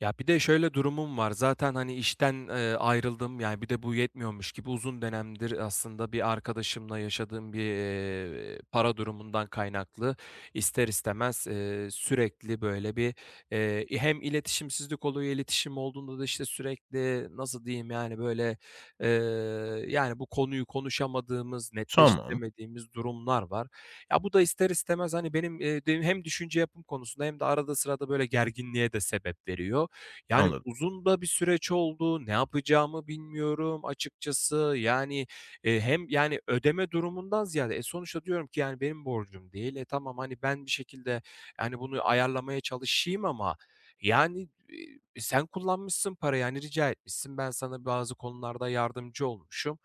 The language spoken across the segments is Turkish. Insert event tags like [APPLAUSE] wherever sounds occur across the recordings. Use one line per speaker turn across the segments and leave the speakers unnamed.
Ya, bir de şöyle durumum var. Zaten, hani, işten, ayrıldım. Yani, bir de bu yetmiyormuş gibi uzun dönemdir aslında bir arkadaşımla yaşadığım bir, para durumundan kaynaklı ister istemez, sürekli böyle bir, hem iletişimsizlik oluyor, iletişim olduğunda da, işte, sürekli nasıl diyeyim, yani, böyle, eee, yani, bu konuyu konuşamadığımız,
Tamam,
netleştiremediğimiz durumlar var. Ya, bu da ister istemez, hani, benim, hem düşünce yapım konusunda hem de arada sırada böyle gerginliğe de sebep veriyor. Yani,
anladım.
uzun da bir süreç oldu. Ne yapacağımı bilmiyorum açıkçası. Yani, hem, yani, ödeme durumundan ziyade, e, sonuçta diyorum ki, yani, benim borcum değil. E, tamam, hani, ben bir şekilde, yani, bunu ayarlamaya çalışayım ama, yani, sen kullanmışsın parayı, yani rica etmişsin. Ben sana bazı konularda yardımcı olmuşum.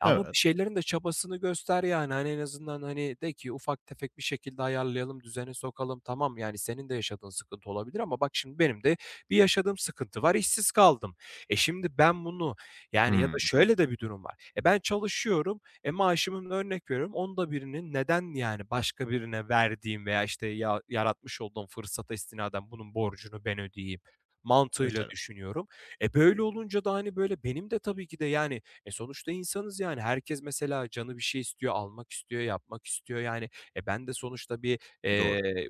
Ama bir
Evet.
şeylerin de çabasını göster, yani. Hani, en azından, hani, de ki ufak tefek bir şekilde ayarlayalım, düzene sokalım. Tamam, yani, senin de yaşadığın sıkıntı olabilir ama bak şimdi benim de bir yaşadığım sıkıntı var, işsiz kaldım. E, şimdi ben bunu yani ya da
Hımm.
şöyle de bir durum var. E, ben çalışıyorum, e, maaşımın örnek veriyorum 1/10'nin neden yani başka birine verdiğim veya işte ya yaratmış olduğum fırsata istinaden bunun borcunu ben ödeyeyim mantığıyla
Mesela.
düşünüyorum. E, böyle olunca da hani böyle benim de tabii ki de yani, e, sonuçta insanız yani. Herkes mesela canı bir şey istiyor, almak istiyor, yapmak istiyor yani. E, ben de sonuçta bir,
Doğru.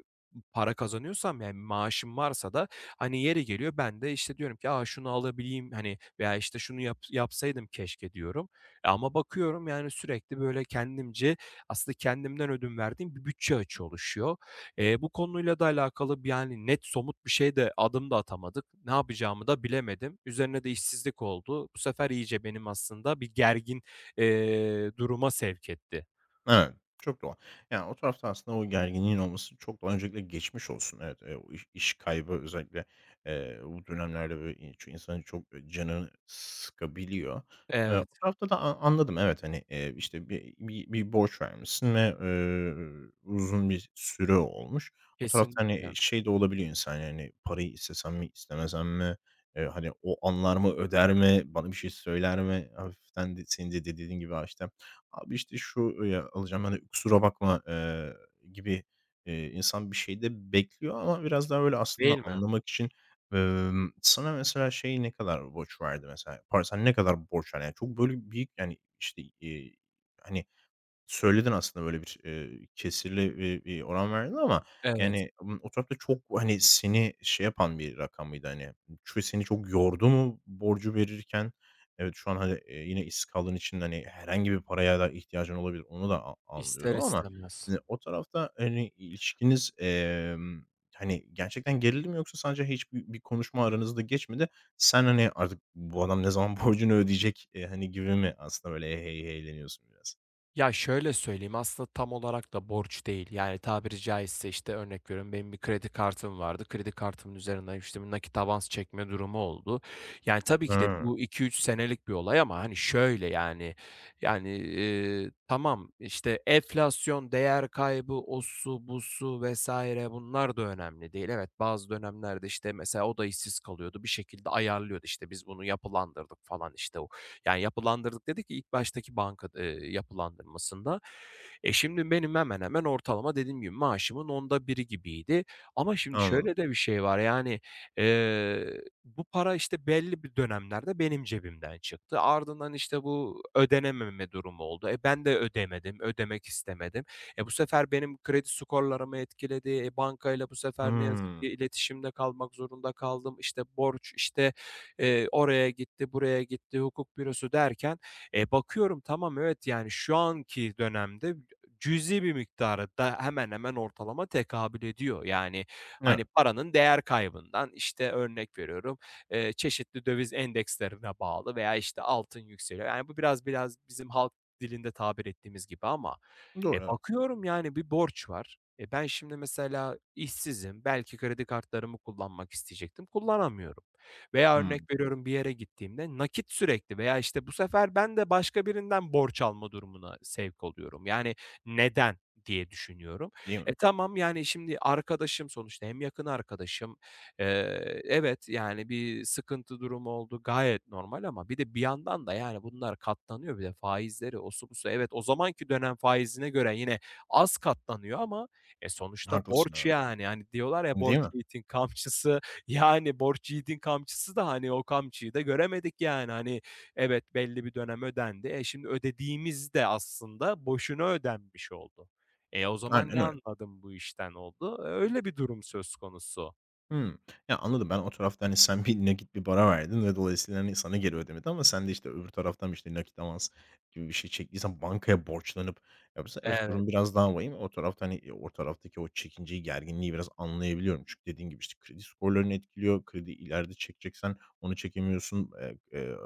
para kazanıyorsam yani maaşım varsa da hani yeri geliyor ben de, işte, diyorum ki, "A, şunu alabileyim." hani, veya, işte, "Şunu yapsaydım keşke." diyorum. E, ama bakıyorum, yani, sürekli böyle kendimce, aslında kendimden ödün verdiğim bir bütçe açığı oluşuyor. Bu konuyla da alakalı bir, yani, net somut bir şey de adım da atamadık. Ne yapacağımı da bilemedim. Üzerine de işsizlik oldu. Bu sefer iyice benim aslında bir gergin, duruma sevk etti.
Evet, çok doğal. Yani, o tarafta aslında o gerginliğin olması çok doğal. Öncelikle geçmiş olsun. Evet, o iş kaybı özellikle bu dönemlerde, böyle, iii, çü insanın çok canını sıkabiliyor. O
Evet.
tarafta da anladım. Evet, hani, işte, bir borç vermişsin ve uzun bir süre olmuş. O tarafta, hani,
Kesinlikle,
şey de olabiliyor insan, yani, parayı istesem mi, istemesem mi? Hani, o anlar mı, öder mi, bana bir şey söyler mi? Hafiften de senin de dediğin gibi, işte "Abi, işte, şu ya alacağım, hani, kusura bakma." gibi, insan bir şey de bekliyor ama biraz daha böyle
değil
aslında
mi?
anlamak için, sana mesela şey ne kadar borç verdi mesela? Paran sen ne kadar borç verdin? Yani çok böyle büyük, yani, işte, hani, söyledin aslında böyle bir kesirli bir oran verdin ama
Evet,
yani, o tarafta çok, hani, seni şey yapan bir rakam mıydı, hani, seni çok yordu mu borcu verirken? Evet, şu an, hani, yine işsiz kaldığın için, hani, herhangi bir paraya da ihtiyacın olabilir. Onu da
ister
anlıyorum ama,
istemez.
hani, o tarafta, hani, ilişkiniz, hani, gerçekten gerildi mi yoksa sadece hiçbir konuşma aranızda geçmedi? Sen, hani, artık bu adam ne zaman [LAUGHS] borcunu ödeyecek, hani, gibi mi aslında böyle heyleniyorsun biraz?
Ya, şöyle söyleyeyim, aslında tam olarak da borç değil. Yani, tabiri caizse, işte, örnek veriyorum, benim bir kredi kartım vardı. Kredi kartımın üzerinden, işte, bir nakit avans çekme durumu oldu. Yani, tabii ki de
Hıı.
bu 2-3 senelik bir olay ama, hani, şöyle, yani, yani, tamam, işte, enflasyon, değer kaybı, o su bu su vesaire bunlar da önemli değil. Evet, bazı dönemlerde, işte, mesela o da işsiz kalıyordu. Bir şekilde ayarlıyordu, işte, biz bunu yapılandırdık falan, işte, yani yapılandırdık dedik ya, ilk baştaki banka, yapılandırmasında. E, şimdi benim hemen hemen ortalama dediğim gibi maaşımın onda biri gibiydi. Ama şimdi
Anladım.
şöyle de bir şey var, yani, bu para, işte, belli bir dönemlerde benim cebimden çıktı. Ardından, işte, bu ödenememe durumu oldu. E, ben de ödemedim, ödemek istemedim. E, bu sefer benim kredi skorlarımı etkiledi. E, bankayla bu sefer ne yazık ki
Hımm.
iletişimde kalmak zorunda kaldım. İşte, borç, işte, oraya gitti, buraya gitti, hukuk bürosu derken, bakıyorum tamam evet, yani şu anki dönemde cüzi bir miktara da hemen hemen ortalama tekabül ediyor. Yani,
Evet.
hani, paranın değer kaybından, işte, örnek veriyorum, çeşitli döviz endekslerine bağlı veya, işte, altın yükseliyor. Yani, bu biraz biraz bizim halk dilinde tabir ettiğimiz gibi ama e,
Doğru, evet.
bakıyorum yani bir borç var. E, ben şimdi mesela işsizim. Belki kredi kartlarımı kullanmak isteyecektim. Kullanamıyorum. Veya örnek
Hımm.
veriyorum bir yere gittiğimde nakit sürekli veya işte bu sefer ben de başka birinden borç alma durumuna sevk oluyorum. Yani neden diye düşünüyorum.
Değil mi?
E, tamam yani şimdi arkadaşım sonuçta hem yakın arkadaşım. Evet, yani, bir sıkıntı durumu oldu, gayet normal ama bir de bir yandan da, yani, bunlar katlanıyor bir de faizleri, osu busu. Evet, o zamanki dönem faizine göre yine az katlanıyor ama, e, sonuçta
Haklısın,
borç,
evet.
yani. Hani, diyorlar ya,
Değil
"Borç
mi?
yiğidin kamçısı." [LAUGHS] Yani, borç yiğidin kamçısı da, hani, o kamçıyı da göremedik, yani. Hani, evet, belli bir dönem ödendi. E, şimdi ödediğimiz de aslında boşuna ödenmiş oldu. E, o zaman
Aynen
ne
öyle.
anladım bu işten oldu? Öyle bir durum söz konusu.
Hımm. Ya, anladım. Ben o tarafta, hani, sen nakit bir para verdin ve dolayısıyla, hani, sana geri ödemedi ama sen de, işte, öbür taraftan, işte, nakit avans gibi bir şey çektiysen bankaya borçlanıp yapsa evet,
Evet.
durum biraz daha vahim. O tarafta, hani, o taraftaki o çekinceyi, gerginliği biraz anlayabiliyorum. Çünkü dediğin gibi, işte, kredi skorlarını etkiliyor. Kredi ileride çekeceksen onu çekemiyorsun.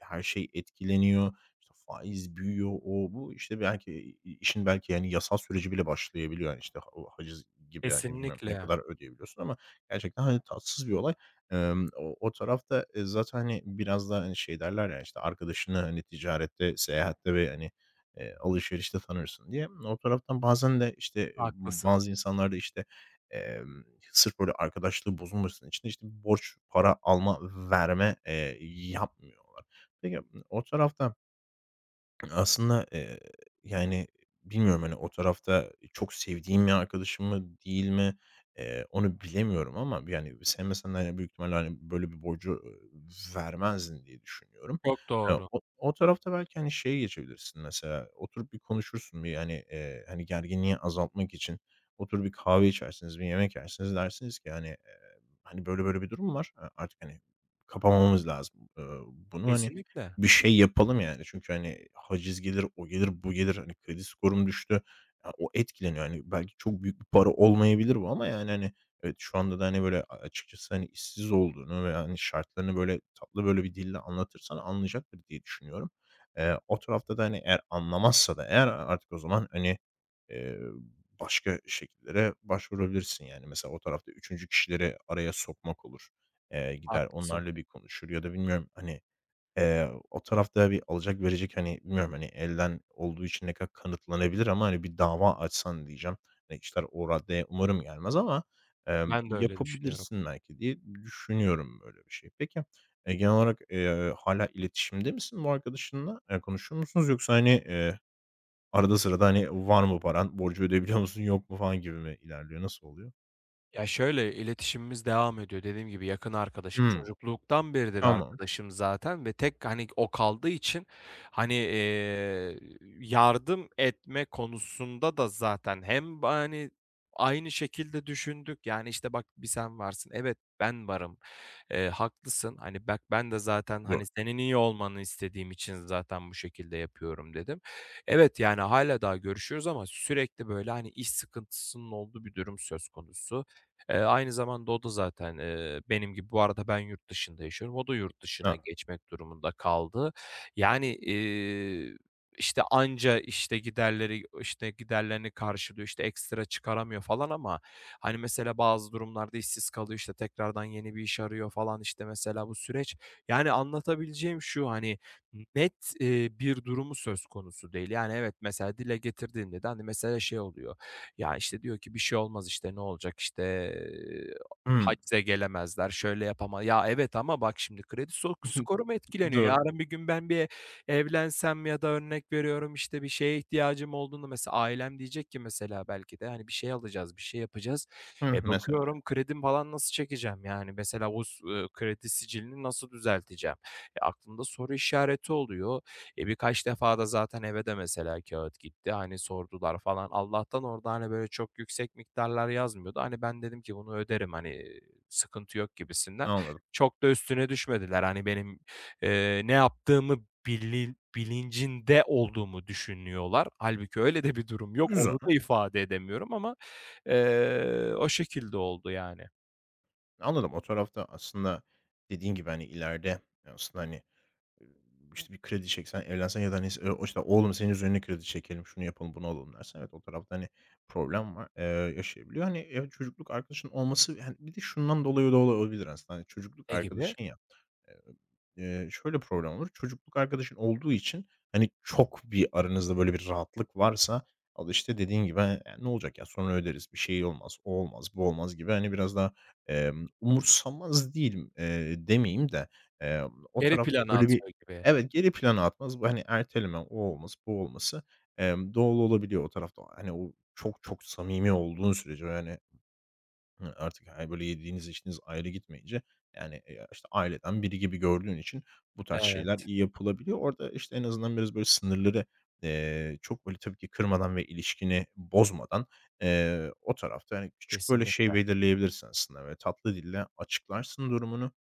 Her şey etkileniyor. İşte, faiz büyüyor, o, bu. İşte, belki işin belki, yani, yasal süreci bile başlayabiliyor. Yani, işte, ha o haciz gibi, hani, bilmiyorum ne
Kesinlikle,
kadar ödeyebiliyorsun ama gerçekten, hani, tatsız bir olay. O tarafta, zaten, hani, biraz da, hani, şey derler ya, işte, arkadaşını, hani, ticarette, seyahatte ve, hani, alışverişte tanırsın diye. O taraftan bazen de, işte,
haklısın.
bazı insanlar da, işte, emm, sırf böyle arkadaşlığı bozulmasın için, işte, borç, para alma, verme, yapmıyorlar. Peki, o tarafta aslında, yani, bilmiyorum, hani, o tarafta çok sevdiğim bir arkadaşım mı, değil mi, onu bilemiyorum ama, yani, sevmesen de, hani, büyük ihtimalle, hani, böyle bir borcu, vermezdin diye düşünüyorum.
Çok doğru.
O tarafta belki, hani, şeye geçebilirsin mesela, oturup bir konuşursun, bir, hani, gerginliği azaltmak için oturup bir kahve içersiniz, bir yemek yersiniz. Dersiniz ki, hani, böyle böyle bir durum var. Artık, hani, kapamamız lazım, bunu, hani,
Kesinlikle,
bir şey yapalım yani. Çünkü, hani, haciz gelir, o gelir, bu gelir, hani, kredi skorum düştü. Ya, o etkileniyor. Yani belki çok büyük bir para olmayabilir bu ama, yani, hani, evet, şu anda da, hani, böyle, açıkçası, hani, işsiz olduğunu ve, hani, şartlarını, böyle, tatlı, böyle, bir dille anlatırsan anlayacaktır diye düşünüyorum. O tarafta da, hani, eğer anlamazsa da eğer artık o zaman, hani, eee, başka şekillere başvurabilirsin. Yani, mesela o tarafta üçüncü kişileri araya sokmak olur. Gider
haklısın.
onlarla bir konuşur ya da bilmiyorum, hani, o tarafta bir alacak verecek, hani, bilmiyorum, hani, elden olduğu için ne kadar kanıtlanabilir ama, hani, bir dava açsan diyeceğim. Hani, işler o raddeye umarım gelmez ama,
Ben de öyle düşünüyorum.
yapabilirsin belki diye düşünüyorum böyle bir şey. Peki, genel olarak, hâlâ iletişimde misin bu arkadaşınla? Konuşuyor musunuz yoksa, hani, arada sırada, hani, var mı paran, borcu ödeyebiliyor musun, yok mu falan gibi mi ilerliyor? Nasıl oluyor?
Ya, şöyle, iletişimimiz devam ediyor. Dediğim gibi yakın arkadaşım,
Hımm,
çocukluktan beridir
tamam.
arkadaşım zaten ve tek, hani, o kaldığı için, hani, yardım etme konusunda da zaten hem, hani, aynı şekilde düşündük. Yani, işte, bak, bir sen varsın, evet ben varım. Haklısın, hani, bak ben de zaten,
Doğru.
hani, senin iyi olmanı istediğim için zaten bu şekilde yapıyorum dedim. Evet, yani, hala daha görüşüyoruz ama sürekli, böyle, hani, iş sıkıntısının olduğu bir durum söz konusu. Aynı zamanda o da zaten, benim gibi bu arada ben yurt dışında yaşıyorum. O da yurt dışına
Ha.
geçmek durumunda kaldı. Yani, işte, anca, işte, giderleri, işte, giderlerini karşılıyor, işte, ekstra çıkaramıyor falan ama hani mesela bazı durumlarda işsiz kalıyor, işte, tekrardan yeni bir iş arıyor falan, işte, mesela bu süreç. Yani anlatabileceğim şu, hani, net, bir durumu söz konusu değil. Yani evet, mesela dile getirdiğinde de, hani, mesela şey oluyor, ya, işte, diyor ki: "Bir şey olmaz, işte, ne olacak, işte, eee,
Hımm,
hacca gelemezler, şöyle yapama." Ya, evet ama bak şimdi kredi skorum etkileniyor.
doğru.
Yarın bir gün ben bir evlensem ya da örnek veriyorum, işte, bir şeye ihtiyacım olduğunda mesela ailem diyecek ki mesela belki de, hani, bir şey alacağız, bir şey yapacağız.
Hıh,
E,
mesela.
bakıyorum kredim falan nasıl çekeceğim? Yani mesela bu s kredi sicilini nasıl düzelteceğim? E, aklımda soru işareti oluyor. E, birkaç defa da zaten eve de mesela kağıt gitti. Hani, sordular falan. Allah'tan orada, hani, böyle çok yüksek miktarlar yazmıyordu. Hani, ben dedim ki bunu öderim, hani, e, sıkıntı yok gibisinden.
Anladım.
Çok da üstüne düşmediler. Hani, benim, ne yaptığımı bilincinde olduğumu düşünüyorlar. Hâlbuki öyle de bir durum yok.
Güzel.
Onu da ifade edemiyorum ama o şekilde oldu yani.
Anladım. O tarafta aslında dediğin gibi, hani, ileride aslında, hani, eee, işte, bir kredi çeksen, evlensen ya da, hani, e, o işte, "Oğlum senin üzerine kredi çekelim, şunu yapalım, bunu alalım." dersen evet, o tarafta, hani, problem var, yaşayabiliyor. Hani, evet, çocukluk arkadaşın olması, hani, bir de şundan dolayı da olabilir aslında, hani, çocukluk
Ne gibi?
arkadaşın ya. Şöyle problem olur, çocukluk arkadaşın olduğu için, hani, çok bir aranızda böyle bir rahatlık varsa, al, işte, dediğin gibi, hani, "Ne olacak ya, sonra öderiz, bir şey olmaz, o olmaz, bu olmaz." gibi, hani, biraz daha, umursamaz değilim, demeyeyim de, eee, o
Geri
tarafta
plana
öyle bir
atıyor gibi.
evet, geri plana atmaz. Bu, hani, erteleme, o olması, bu olması, doğal olabiliyor o tarafta. Hani, o çok çok samimi olduğun sürece yani. Hıı, artık, hani, böyle yediğiniz içtiğiniz ayrı gitmeyince, yani, işte, aileden biri gibi gördüğün için bu tarz şeyler
Evet,
iyi yapılabiliyor. Orada, işte, en azından biraz böyle sınırları, çok böyle tabii ki kırmadan ve ilişkini bozmadan, o tarafta, yani küçük böyle şey
kesinlikle.
belirleyebilirsin aslında ve tatlı dille açıklarsın durumunu.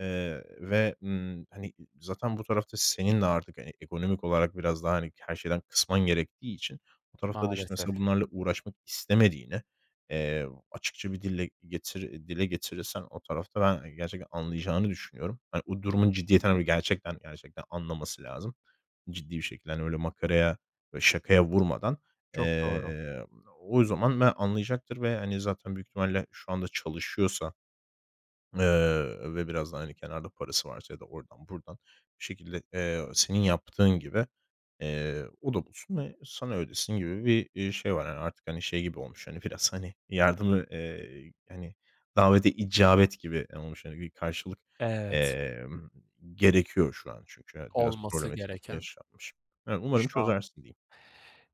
Eee, ve, ımm, hani, Zaten bu tarafta senin de artık, hani, ekonomik olarak biraz daha, hani, her şeyden kısman gerektiği için o tarafta da, işte,
Maalesef.
mesela bunlarla uğraşmak istemediğini, açıkça bir dille dile getirirsen o tarafta ben gerçekten anlayacağını düşünüyorum. Hani, o durumun ciddiyetini, hani, gerçekten, gerçekten anlaması lazım. Ciddi bir şekilde, hani, öyle makaraya ve şakaya vurmadan.
Çok doğru.
Eee, O zaman ben anlayacaktır ve, hani, zaten büyük ihtimalle şu anda çalışıyorsa ve biraz da, hani, kenarda parası varsa ya da oradan buradan bir şekilde, senin yaptığın gibi, o da bulsun ve sana ödesin gibi bir şey var. Yani artık, hani, şey gibi olmuş, hani, biraz, hani, yardımı, davete icabet gibi olmuş. Hani, bir karşılık,
Evet,
emm, gerekiyor şu an çünkü. Evet, biraz
olması
problematik
gereken
yaşanmış. Evet, umarım
şu an.
çözersin diyeyim.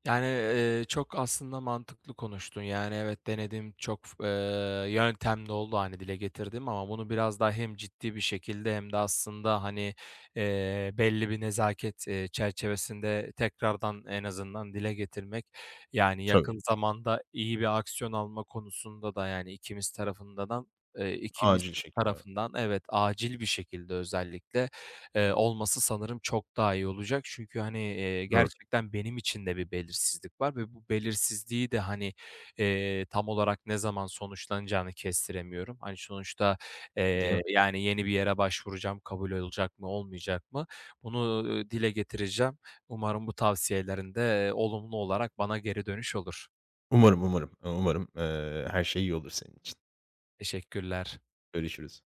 Yani, çok aslında mantıklı konuştun. Yani, evet, denedim, çok f yöntem oldu, hani, dile getirdim ama bunu biraz daha hem ciddi bir şekilde hem de aslında, hani, belli bir nezaket, çerçevesinde tekrardan en azından dile getirmek, yani,
Tabii,
yakın zamanda iyi bir aksiyon alma konusunda da, yani, ikimiz tarafından eee, ikimiz
acil şekilde. Evet.
tarafından evet, acil bir şekilde özellikle olması sanırım çok daha iyi olacak. Çünkü, hani,
Doğru,
gerçekten benim için de bir belirsizlik var ve bu belirsizliği de, hani, tam olarak ne zaman sonuçlanacağını kestiremiyorum. Hani, sonuçta,
değil mi?
yani, yeni bir yere başvuracağım, kabul olacak mı, olmayacak mı? Bunu, dile getireceğim. Umarım bu tavsiyelerin de, olumlu olarak bana geri dönüş olur.
Umarım, her şey iyi olur senin için.
Teşekkürler.
Görüşürüz.